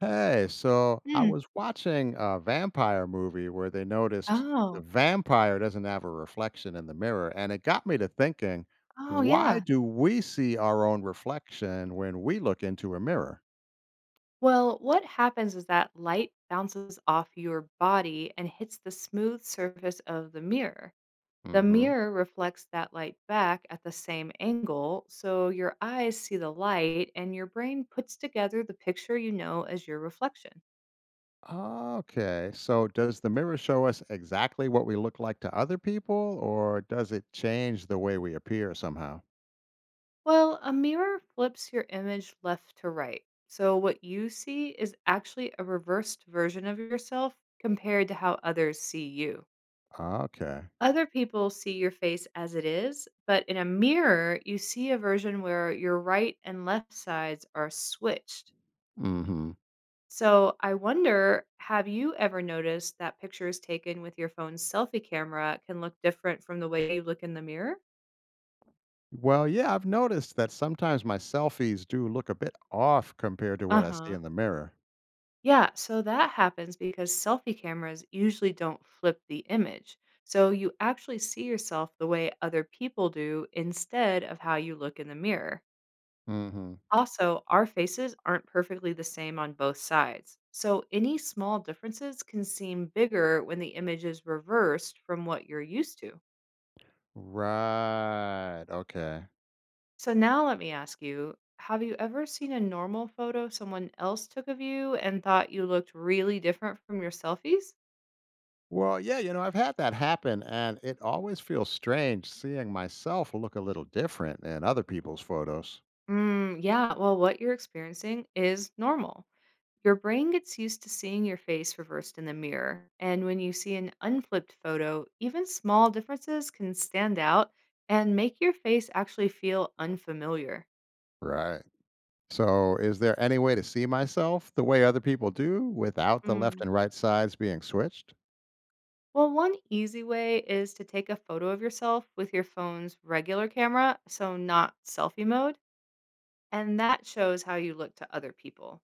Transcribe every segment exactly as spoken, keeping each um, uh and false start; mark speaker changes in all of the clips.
Speaker 1: Hey, so I
Speaker 2: Mm.
Speaker 1: was watching a vampire movie where they noticed the
Speaker 2: Oh.
Speaker 1: vampire doesn't have a reflection in the mirror. And it got me to thinking,
Speaker 2: Oh,
Speaker 1: why
Speaker 2: yeah.
Speaker 1: do we see our own reflection when we look into a mirror?
Speaker 2: Well, what happens is that light bounces off your body and hits the smooth surface of the mirror. The
Speaker 1: Hmm.
Speaker 2: mirror reflects that light back at the same angle, so your eyes see the light and your brain puts together the picture you know as your reflection.
Speaker 1: Okay, so does the mirror show us exactly what we look like to other people, or does it change the way we appear somehow?
Speaker 2: Well, a mirror flips your image left to right. So what you see is actually a reversed version of yourself compared to how others see you.
Speaker 1: Okay.
Speaker 2: Other people see your face as it is, but in a mirror, you see a version where your right and left sides are switched.
Speaker 1: Hmm.
Speaker 2: So I wonder, have you ever noticed that pictures taken with your phone's selfie camera can look different from the way you look in the mirror?
Speaker 1: Well, yeah, I've noticed that sometimes my selfies do look a bit off compared to what
Speaker 2: Uh
Speaker 1: I see
Speaker 2: huh.
Speaker 1: in the mirror.
Speaker 2: Yeah, so that happens because selfie cameras usually don't flip the image. So you actually see yourself the way other people do instead of how you look in the mirror.
Speaker 1: Hmm.
Speaker 2: Also, our faces aren't perfectly the same on both sides, so any small differences can seem bigger when the image is reversed from what you're used to.
Speaker 1: Right. Okay.
Speaker 2: So, now let me ask you, have you ever seen a normal photo someone else took of you and thought you looked really different from your selfies?
Speaker 1: Well, yeah, you know, I've had that happen, and it always feels strange seeing myself look a little different in other people's photos.
Speaker 2: Mm, yeah, well, what you're experiencing is normal. Your brain gets used to seeing your face reversed in the mirror, and when you see an unflipped photo, even small differences can stand out and make your face actually feel unfamiliar.
Speaker 1: Right. So, is there any way to see myself the way other people do without the left
Speaker 2: Mm.
Speaker 1: and right sides being switched?
Speaker 2: Well, one easy way is to take a photo of yourself with your phone's regular camera, so not selfie mode, and that shows how you look to other people.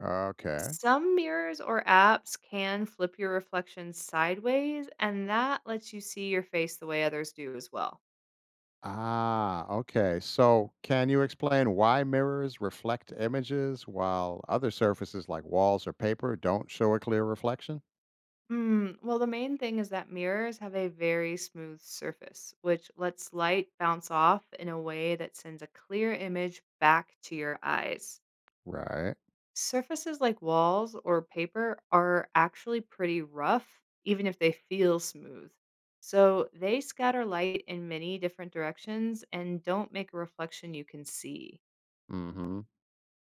Speaker 1: Okay.
Speaker 2: Some mirrors or apps can flip your reflection sideways, and that lets you see your face the way others do as well.
Speaker 1: Ah, okay. So, can you explain why mirrors reflect images while other surfaces like walls or paper don't show a clear reflection?
Speaker 2: Mm, well, the main thing is that mirrors have a very smooth surface, which lets light bounce off in a way that sends a clear image back to your eyes.
Speaker 1: Right.
Speaker 2: Surfaces like walls or paper are actually pretty rough, even if they feel smooth. So they scatter light in many different directions and don't make a reflection you can see.
Speaker 1: Mm-hmm.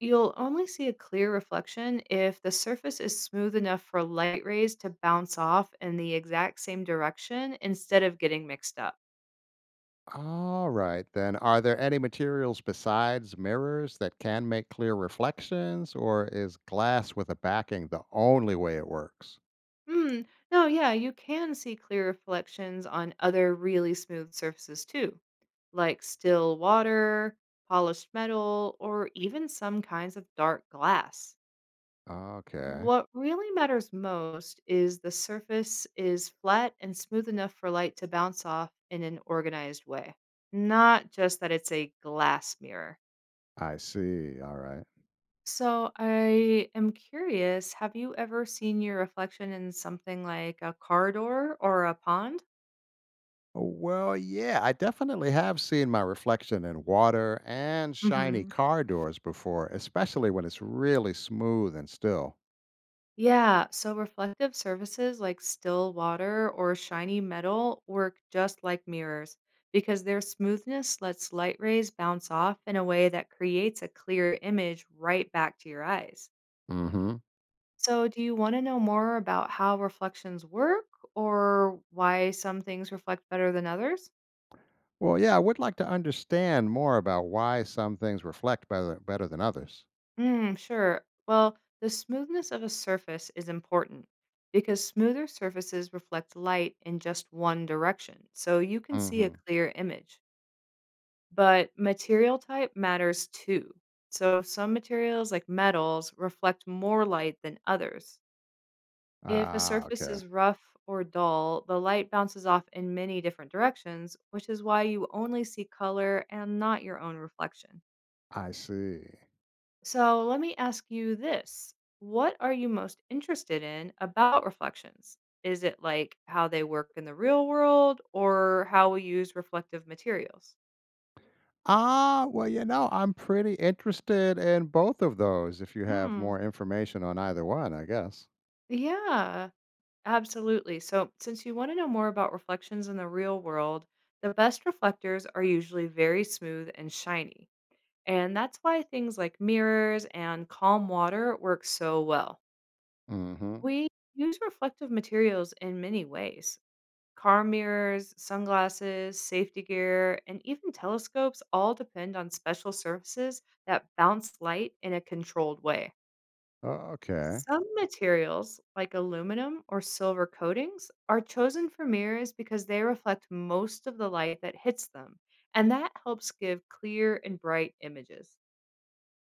Speaker 2: You'll only see a clear reflection if the surface is smooth enough for light rays to bounce off in the exact same direction instead of getting mixed up.
Speaker 1: All right. Then, are there any materials besides mirrors that can make clear reflections, or is glass with a backing the only way it works?
Speaker 2: Hmm, no, yeah, you can see clear reflections on other really smooth surfaces too, like still water, polished metal, or even some kinds of dark glass.
Speaker 1: Okay.
Speaker 2: What really matters most is the surface is flat and smooth enough for light to bounce off in an organized way, not just that it's a glass mirror.
Speaker 1: I see. All right.
Speaker 2: So, I am curious, have you ever seen your reflection in something like a car door or a pond?
Speaker 1: Well, yeah, I definitely have seen my reflection in water and shiny car doors before, especially when it's really smooth and still.
Speaker 2: Yeah, so reflective surfaces like still water or shiny metal work just like mirrors because their smoothness lets light rays bounce off in a way that creates a clear image right back to your eyes.
Speaker 1: Hmm.
Speaker 2: So, do you want to know more about how reflections work or why some things reflect better than others?
Speaker 1: Well, yeah, I would like to understand more about why some things reflect better better than others.
Speaker 2: Mm, sure. Well, the smoothness of a surface is important because smoother surfaces reflect light in just one direction, so you can see a
Speaker 1: Hmm.
Speaker 2: clear image. But material type matters too. So some materials, like metals, reflect more light than others. If a
Speaker 1: Ah,
Speaker 2: surface
Speaker 1: okay.
Speaker 2: is rough or dull, the light bounces off in many different directions, which is why you only see color and not your own reflection.
Speaker 1: I see.
Speaker 2: So let me ask you this. What are you most interested in about reflections? Is it like how they work in the real world or how we use reflective materials?
Speaker 1: Ah, well, you know, I'm pretty interested in both of those if you have
Speaker 2: Hmm.
Speaker 1: more information on either one, I guess.
Speaker 2: Yeah, absolutely. So, since you want to know more about reflections in the real world, the best reflectors are usually very smooth and shiny. And that's why things like mirrors and calm water work so well.
Speaker 1: Hmm.
Speaker 2: We use reflective materials in many ways. Car mirrors, sunglasses, safety gear, and even telescopes all depend on special surfaces that bounce light in a controlled way.
Speaker 1: Okay.
Speaker 2: Some materials, like aluminum or silver coatings, are chosen for mirrors because they reflect most of the light that hits them, and that helps give clear and bright images.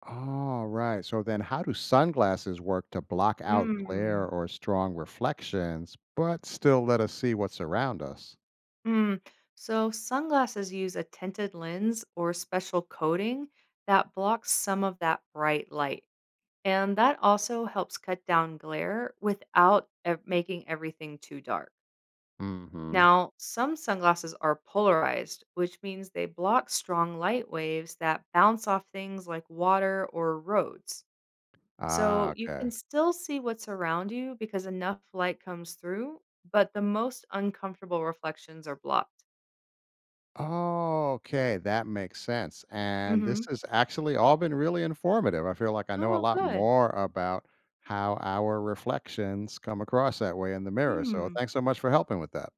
Speaker 1: All right. So then, how do sunglasses work to block out glare
Speaker 2: Mm.
Speaker 1: or strong reflections, but still let us see what's around us?
Speaker 2: Mm. So, sunglasses use a tinted lens or special coating that blocks some of that bright light. And that also helps cut down glare without ev- making everything too dark.
Speaker 1: Hmm.
Speaker 2: Now, some sunglasses are polarized, which means they block strong light waves that bounce off things like water or roads.
Speaker 1: Ah,
Speaker 2: So you can
Speaker 1: okay.
Speaker 2: still see what's around you because enough light comes through, but the most uncomfortable reflections are blocked.
Speaker 1: Okay, that makes sense. And this
Speaker 2: hmm
Speaker 1: has actually all been really informative. I feel like I know a
Speaker 2: Oh,
Speaker 1: lot
Speaker 2: good.
Speaker 1: more about how our reflections come across that way in the mirror. So
Speaker 2: Hmm.
Speaker 1: thanks so much for helping with that.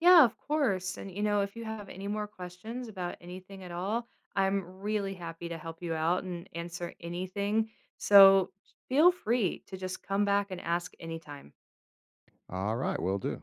Speaker 2: Yeah, of course. And, you know, if you have any more questions about anything at all, I'm really happy to help you out and answer anything. So feel free to just come back and ask anytime.
Speaker 1: All right, we'll do.